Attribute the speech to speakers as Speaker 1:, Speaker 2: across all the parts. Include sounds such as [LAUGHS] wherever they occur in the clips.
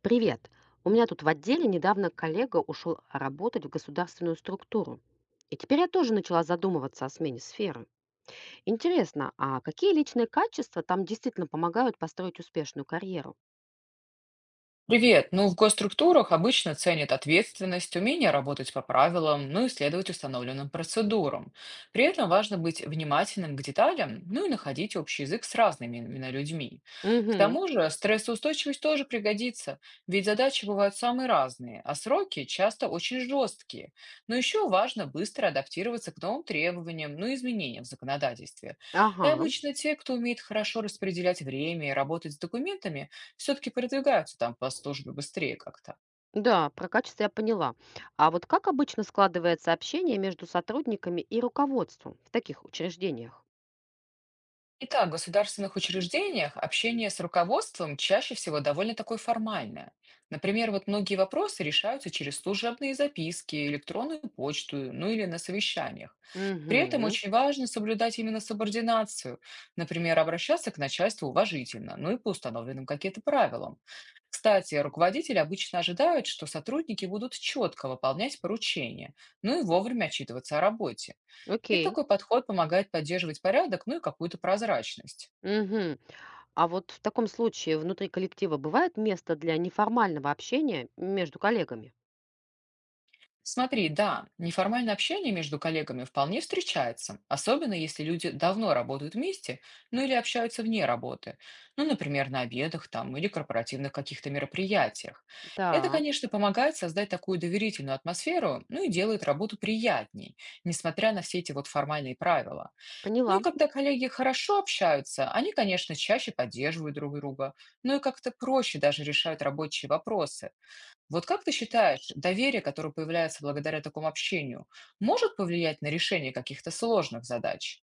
Speaker 1: Привет. У меня тут в отделе недавно коллега ушел работать в государственную структуру. И теперь я тоже начала задумываться о смене сферы. Интересно, а какие личные качества там действительно помогают построить успешную карьеру?
Speaker 2: Привет. Ну, в госструктурах обычно ценят ответственность, умение работать по правилам, ну и следовать установленным процедурам. При этом важно быть внимательным к деталям, ну и находить общий язык с разными именно людьми. К
Speaker 1: Угу.
Speaker 2: тому же стрессоустойчивость тоже пригодится, ведь задачи бывают самые разные, а сроки часто очень жесткие. Но еще важно быстро адаптироваться к новым требованиям, ну и изменениям в законодательстве. И
Speaker 1: Ага.
Speaker 2: обычно те, кто умеет хорошо распределять время и работать с документами, все-таки продвигаются там по службе быстрее как-то.
Speaker 1: Да, про качество я поняла. А вот как обычно складывается общение между сотрудниками и руководством в таких учреждениях?
Speaker 2: Итак, в государственных учреждениях общение с руководством чаще всего довольно такое формальное. Например, вот многие вопросы решаются через служебные записки, электронную почту, ну или на совещаниях. При этом
Speaker 1: Угу.
Speaker 2: очень важно соблюдать именно субординацию, например, обращаться к начальству уважительно, ну и по установленным каким-то правилам. Кстати, руководители обычно ожидают, что сотрудники будут четко выполнять поручения, ну и вовремя отчитываться о работе. И
Speaker 1: Окей.
Speaker 2: такой подход помогает поддерживать порядок, ну и какую-то прозрачность.
Speaker 1: Мгм. А вот в таком случае внутри коллектива бывает место для неформального общения между коллегами?
Speaker 2: Смотри, да, неформальное общение между коллегами вполне встречается, особенно если люди давно работают вместе, ну или общаются вне работы, ну, например, на обедах там или корпоративных каких-то мероприятиях. Это,
Speaker 1: Да,
Speaker 2: конечно, помогает создать такую доверительную атмосферу, ну и делает работу приятней, несмотря на все эти вот формальные правила. Ну
Speaker 1: поняла.
Speaker 2: и когда коллеги хорошо общаются, они, конечно, чаще поддерживают друг друга, ну и как-то проще даже решают рабочие вопросы. Вот как ты считаешь, доверие, которое появляется благодаря такому общению, может повлиять на решение каких-то сложных задач?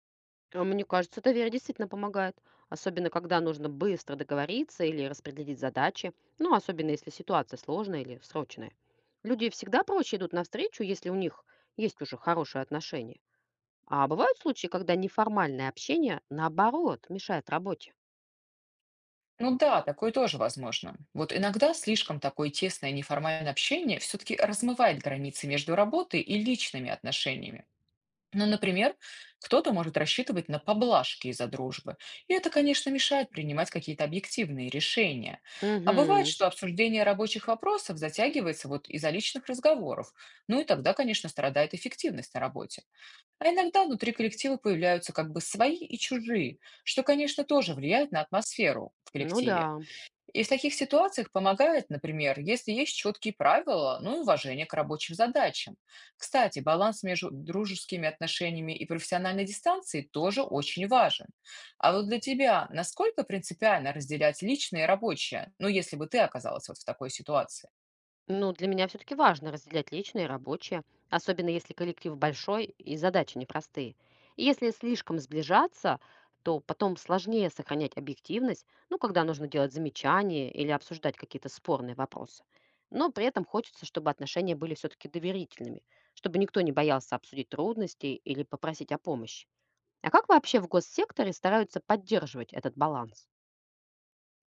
Speaker 1: Мне кажется, доверие действительно помогает. Особенно когда нужно быстро договориться или распределить задачи. Ну, особенно если ситуация сложная или срочная. Люди всегда проще идут навстречу, если у них есть уже хорошие отношения. А бывают случаи, когда неформальное общение, наоборот, мешает работе.
Speaker 2: Ну да, такое тоже возможно. Вот иногда слишком такое тесное неформальное общение все-таки размывает границы между работой и личными отношениями. Ну, например, кто-то может рассчитывать на поблажки из-за дружбы, и это, конечно, мешает принимать какие-то объективные решения. А бывает,
Speaker 1: Угу,
Speaker 2: что обсуждение рабочих вопросов затягивается вот из-за личных разговоров, ну и тогда, конечно, страдает эффективность на работе. А иногда внутри коллектива появляются как бы свои и чужие, что, конечно, тоже влияет на атмосферу в
Speaker 1: ну да.
Speaker 2: коллективе. И в таких ситуациях помогает, например, если есть четкие правила, ну и уважение к рабочим задачам. Кстати, баланс между дружескими отношениями и профессиональной дистанцией тоже очень важен. А вот для тебя насколько принципиально разделять личное и рабочее, ну если бы ты оказалась вот в такой ситуации?
Speaker 1: Ну, для меня все-таки важно разделять личное и рабочее, особенно если коллектив большой и задачи непростые. И если слишком сближаться, то потом сложнее сохранять объективность, ну, когда нужно делать замечания или обсуждать какие-то спорные вопросы. Но при этом хочется, чтобы отношения были все-таки доверительными, чтобы никто не боялся обсудить трудности или попросить о помощи. А как вообще в госсекторе стараются поддерживать этот баланс?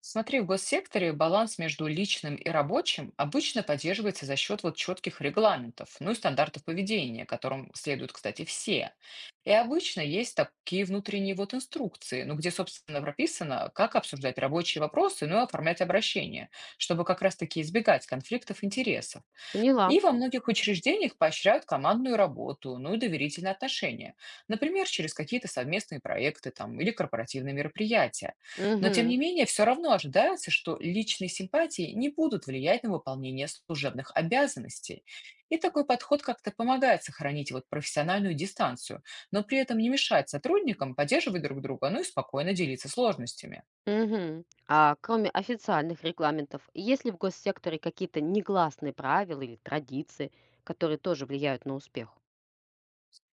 Speaker 2: Смотри, в госсекторе баланс между личным и рабочим обычно поддерживается за счет вот четких регламентов, ну и стандартов поведения, которым следуют, кстати, все. И обычно есть такие внутренние вот инструкции, ну где, собственно, прописано, как обсуждать рабочие вопросы, ну и оформлять обращения, чтобы как раз-таки избегать конфликтов интересов.
Speaker 1: Поняла.
Speaker 2: И во многих учреждениях поощряют командную работу, ну и доверительные отношения. Например, через какие-то совместные проекты там, или корпоративные мероприятия. Но тем
Speaker 1: Угу.
Speaker 2: не менее, все равно ожидается, что личные симпатии не будут влиять на выполнение служебных обязанностей. И такой подход как-то помогает сохранить вот профессиональную дистанцию, но при этом не мешает сотрудникам поддерживать друг друга, ну и спокойно делиться сложностями.
Speaker 1: Мгм. А кроме официальных регламентов, есть ли в госсекторе какие-то негласные правила или традиции, которые тоже влияют на успех?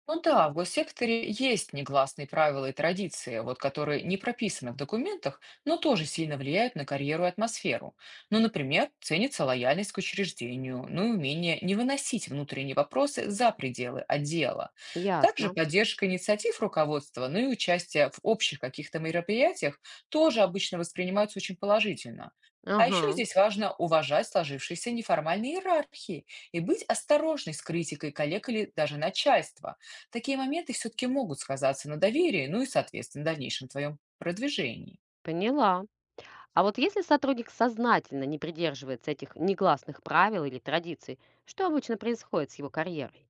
Speaker 2: Ну да, в госсекторе есть негласные правила и традиции, вот которые не прописаны в документах, но тоже сильно влияют на карьеру и атмосферу. Ну, например, ценится лояльность к учреждению, ну и умение не выносить внутренние вопросы за пределы отдела. Также
Speaker 1: Ясно.
Speaker 2: поддержка инициатив руководства, ну и участие в общих каких-то мероприятиях тоже обычно воспринимаются очень положительно. А
Speaker 1: Ага,
Speaker 2: еще здесь важно уважать сложившиеся неформальные иерархии и быть осторожной с критикой коллег или даже начальства. Такие моменты все-таки могут сказаться на доверии, ну и, соответственно, дальнейшем твоем продвижении.
Speaker 1: поняла. А вот если сотрудник сознательно не придерживается этих негласных правил или традиций, что обычно происходит с его карьерой?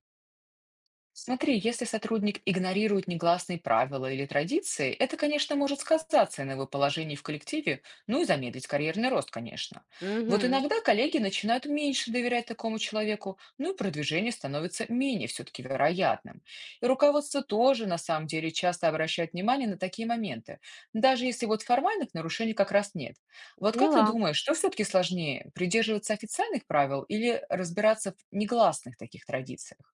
Speaker 2: Смотри, если сотрудник игнорирует негласные правила или традиции, это, конечно, может сказаться на его положении в коллективе, ну и замедлить карьерный рост, конечно. Вот
Speaker 1: Угу,
Speaker 2: иногда коллеги начинают меньше доверять такому человеку, ну и продвижение становится менее все-таки вероятным. И руководство тоже, на самом деле, часто обращает внимание на такие моменты, даже если вот формальных нарушений как раз нет. Вот как ты
Speaker 1: поняла.
Speaker 2: думаешь, что все-таки сложнее, придерживаться официальных правил или разбираться в негласных таких традициях?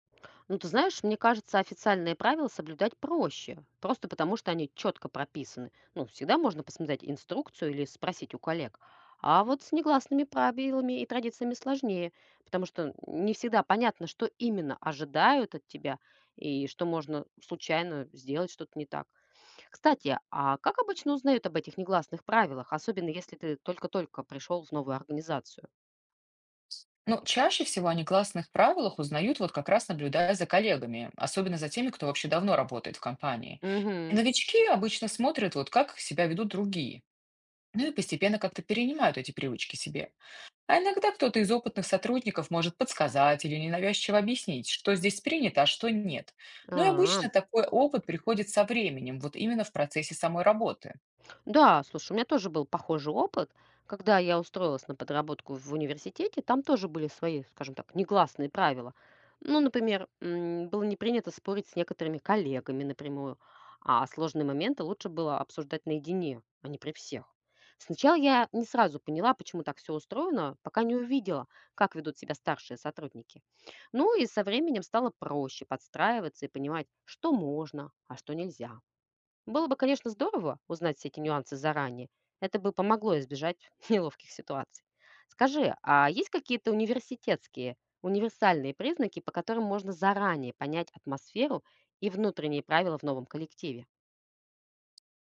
Speaker 1: Ну, ты знаешь, мне кажется, официальные правила соблюдать проще, просто потому что они четко прописаны. Ну, всегда можно посмотреть инструкцию или спросить у коллег. А вот с негласными правилами и традициями сложнее, потому что не всегда понятно, что именно ожидают от тебя и что можно случайно сделать что-то не так. Кстати, а как обычно узнают об этих негласных правилах, особенно если ты только-только пришел в новую организацию?
Speaker 2: Ну, чаще всего о негласных правилах узнают вот как раз наблюдая за коллегами, особенно за теми, кто вообще давно работает в компании. И
Speaker 1: Угу.
Speaker 2: новички обычно смотрят, вот как себя ведут другие, ну и постепенно как-то перенимают эти привычки себе. А иногда кто-то из опытных сотрудников может подсказать или ненавязчиво объяснить, что здесь принято, а что нет. Ну и
Speaker 1: А.
Speaker 2: обычно такой опыт приходит со временем, вот именно в процессе самой работы.
Speaker 1: Да, слушай, у меня тоже был похожий опыт. Когда я устроилась на подработку в университете, там тоже были свои, скажем так, негласные правила. Ну, например, было не принято спорить с некоторыми коллегами напрямую, а сложные моменты лучше было обсуждать наедине, а не при всех. Сначала я не сразу поняла, почему так все устроено, пока не увидела, как ведут себя старшие сотрудники. Ну и со временем стало проще подстраиваться и понимать, что можно, а что нельзя. Было бы, конечно, здорово узнать все эти нюансы заранее. Это бы помогло избежать [LAUGHS] неловких ситуаций. Скажи, а есть какие-то университетские, универсальные признаки, по которым можно заранее понять атмосферу и внутренние правила в новом коллективе?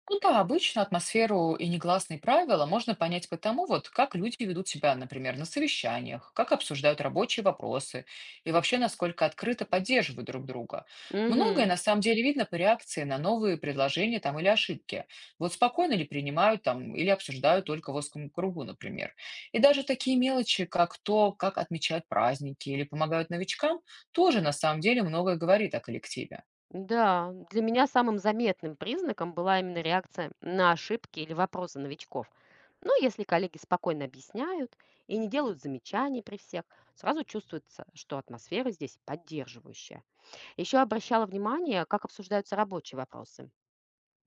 Speaker 2: Ну да, обычно атмосферу и негласные правила можно понять по тому, вот как люди ведут себя, например, на совещаниях, как обсуждают рабочие вопросы и вообще насколько открыто поддерживают друг друга. Многое
Speaker 1: Угу.
Speaker 2: на самом деле видно по реакции на новые предложения там или ошибки. Вот спокойно ли принимают там или обсуждают только в узком кругу, например. И даже такие мелочи, как то, как отмечают праздники или помогают новичкам, тоже на самом деле многое говорит о коллективе.
Speaker 1: Да, для меня самым заметным признаком была именно реакция на ошибки или вопросы новичков. Но если коллеги спокойно объясняют и не делают замечаний при всех, сразу чувствуется, что атмосфера здесь поддерживающая. Еще обращала внимание, как обсуждаются рабочие вопросы.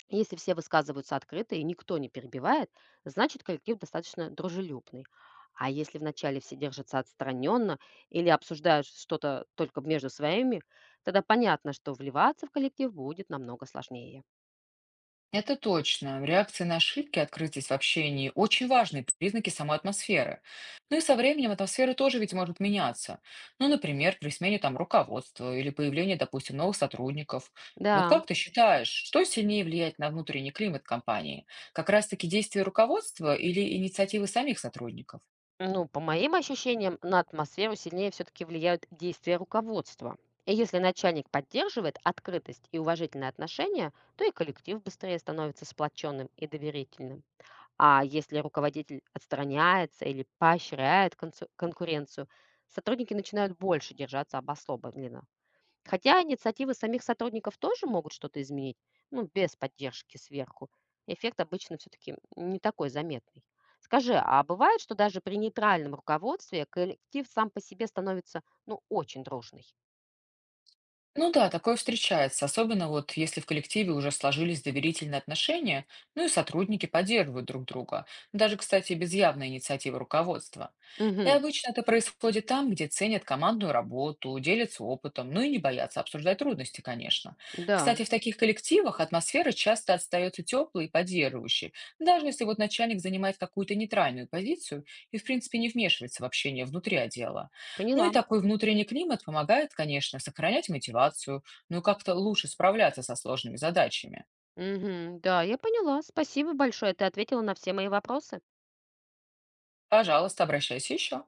Speaker 1: Если все высказываются открыто и никто не перебивает, значит, коллектив достаточно дружелюбный. А если вначале все держатся отстраненно или обсуждают что-то только между своими, тогда понятно, что вливаться в коллектив будет намного сложнее.
Speaker 2: Это точно. Реакции на ошибки, открытость в общении — очень важные признаки самой атмосферы. Ну и со временем атмосфера тоже ведь может меняться. Ну, например, при смене там руководства или появлении, допустим, новых сотрудников. Вот
Speaker 1: Да.
Speaker 2: как ты считаешь, что сильнее влияет на внутренний климат компании? Как раз-таки действия руководства или инициативы самих сотрудников?
Speaker 1: Ну, по моим ощущениям, на атмосферу сильнее все-таки влияют действия руководства. И если начальник поддерживает открытость и уважительные отношения, то и коллектив быстрее становится сплоченным и доверительным. А если руководитель отстраняется или поощряет конкуренцию, сотрудники начинают больше держаться обособленно. Хотя инициативы самих сотрудников тоже могут что-то изменить, ну, без поддержки сверху. Эффект обычно все-таки не такой заметный. Скажи, а бывает, что даже при нейтральном руководстве коллектив сам по себе становится, ну, очень дружный?
Speaker 2: Ну да, такое встречается, особенно вот если в коллективе уже сложились доверительные отношения, ну и сотрудники поддерживают друг друга, даже, кстати, без явной инициативы руководства. И
Speaker 1: Угу,
Speaker 2: обычно это происходит там, где ценят командную работу, делятся опытом, ну и не боятся обсуждать трудности, конечно.
Speaker 1: да,
Speaker 2: Кстати, в таких коллективах атмосфера часто остается теплой и поддерживающей, даже если вот начальник занимает какую-то нейтральную позицию и, в принципе, не вмешивается в общение внутри отдела. Ну и
Speaker 1: поняла.
Speaker 2: такой внутренний климат помогает, конечно, сохранять мотивацию, ну и как-то лучше справляться со сложными задачами.
Speaker 1: Угу, да, я поняла. Спасибо большое, ты ответила на все мои вопросы.
Speaker 2: Пожалуйста, обращайся еще.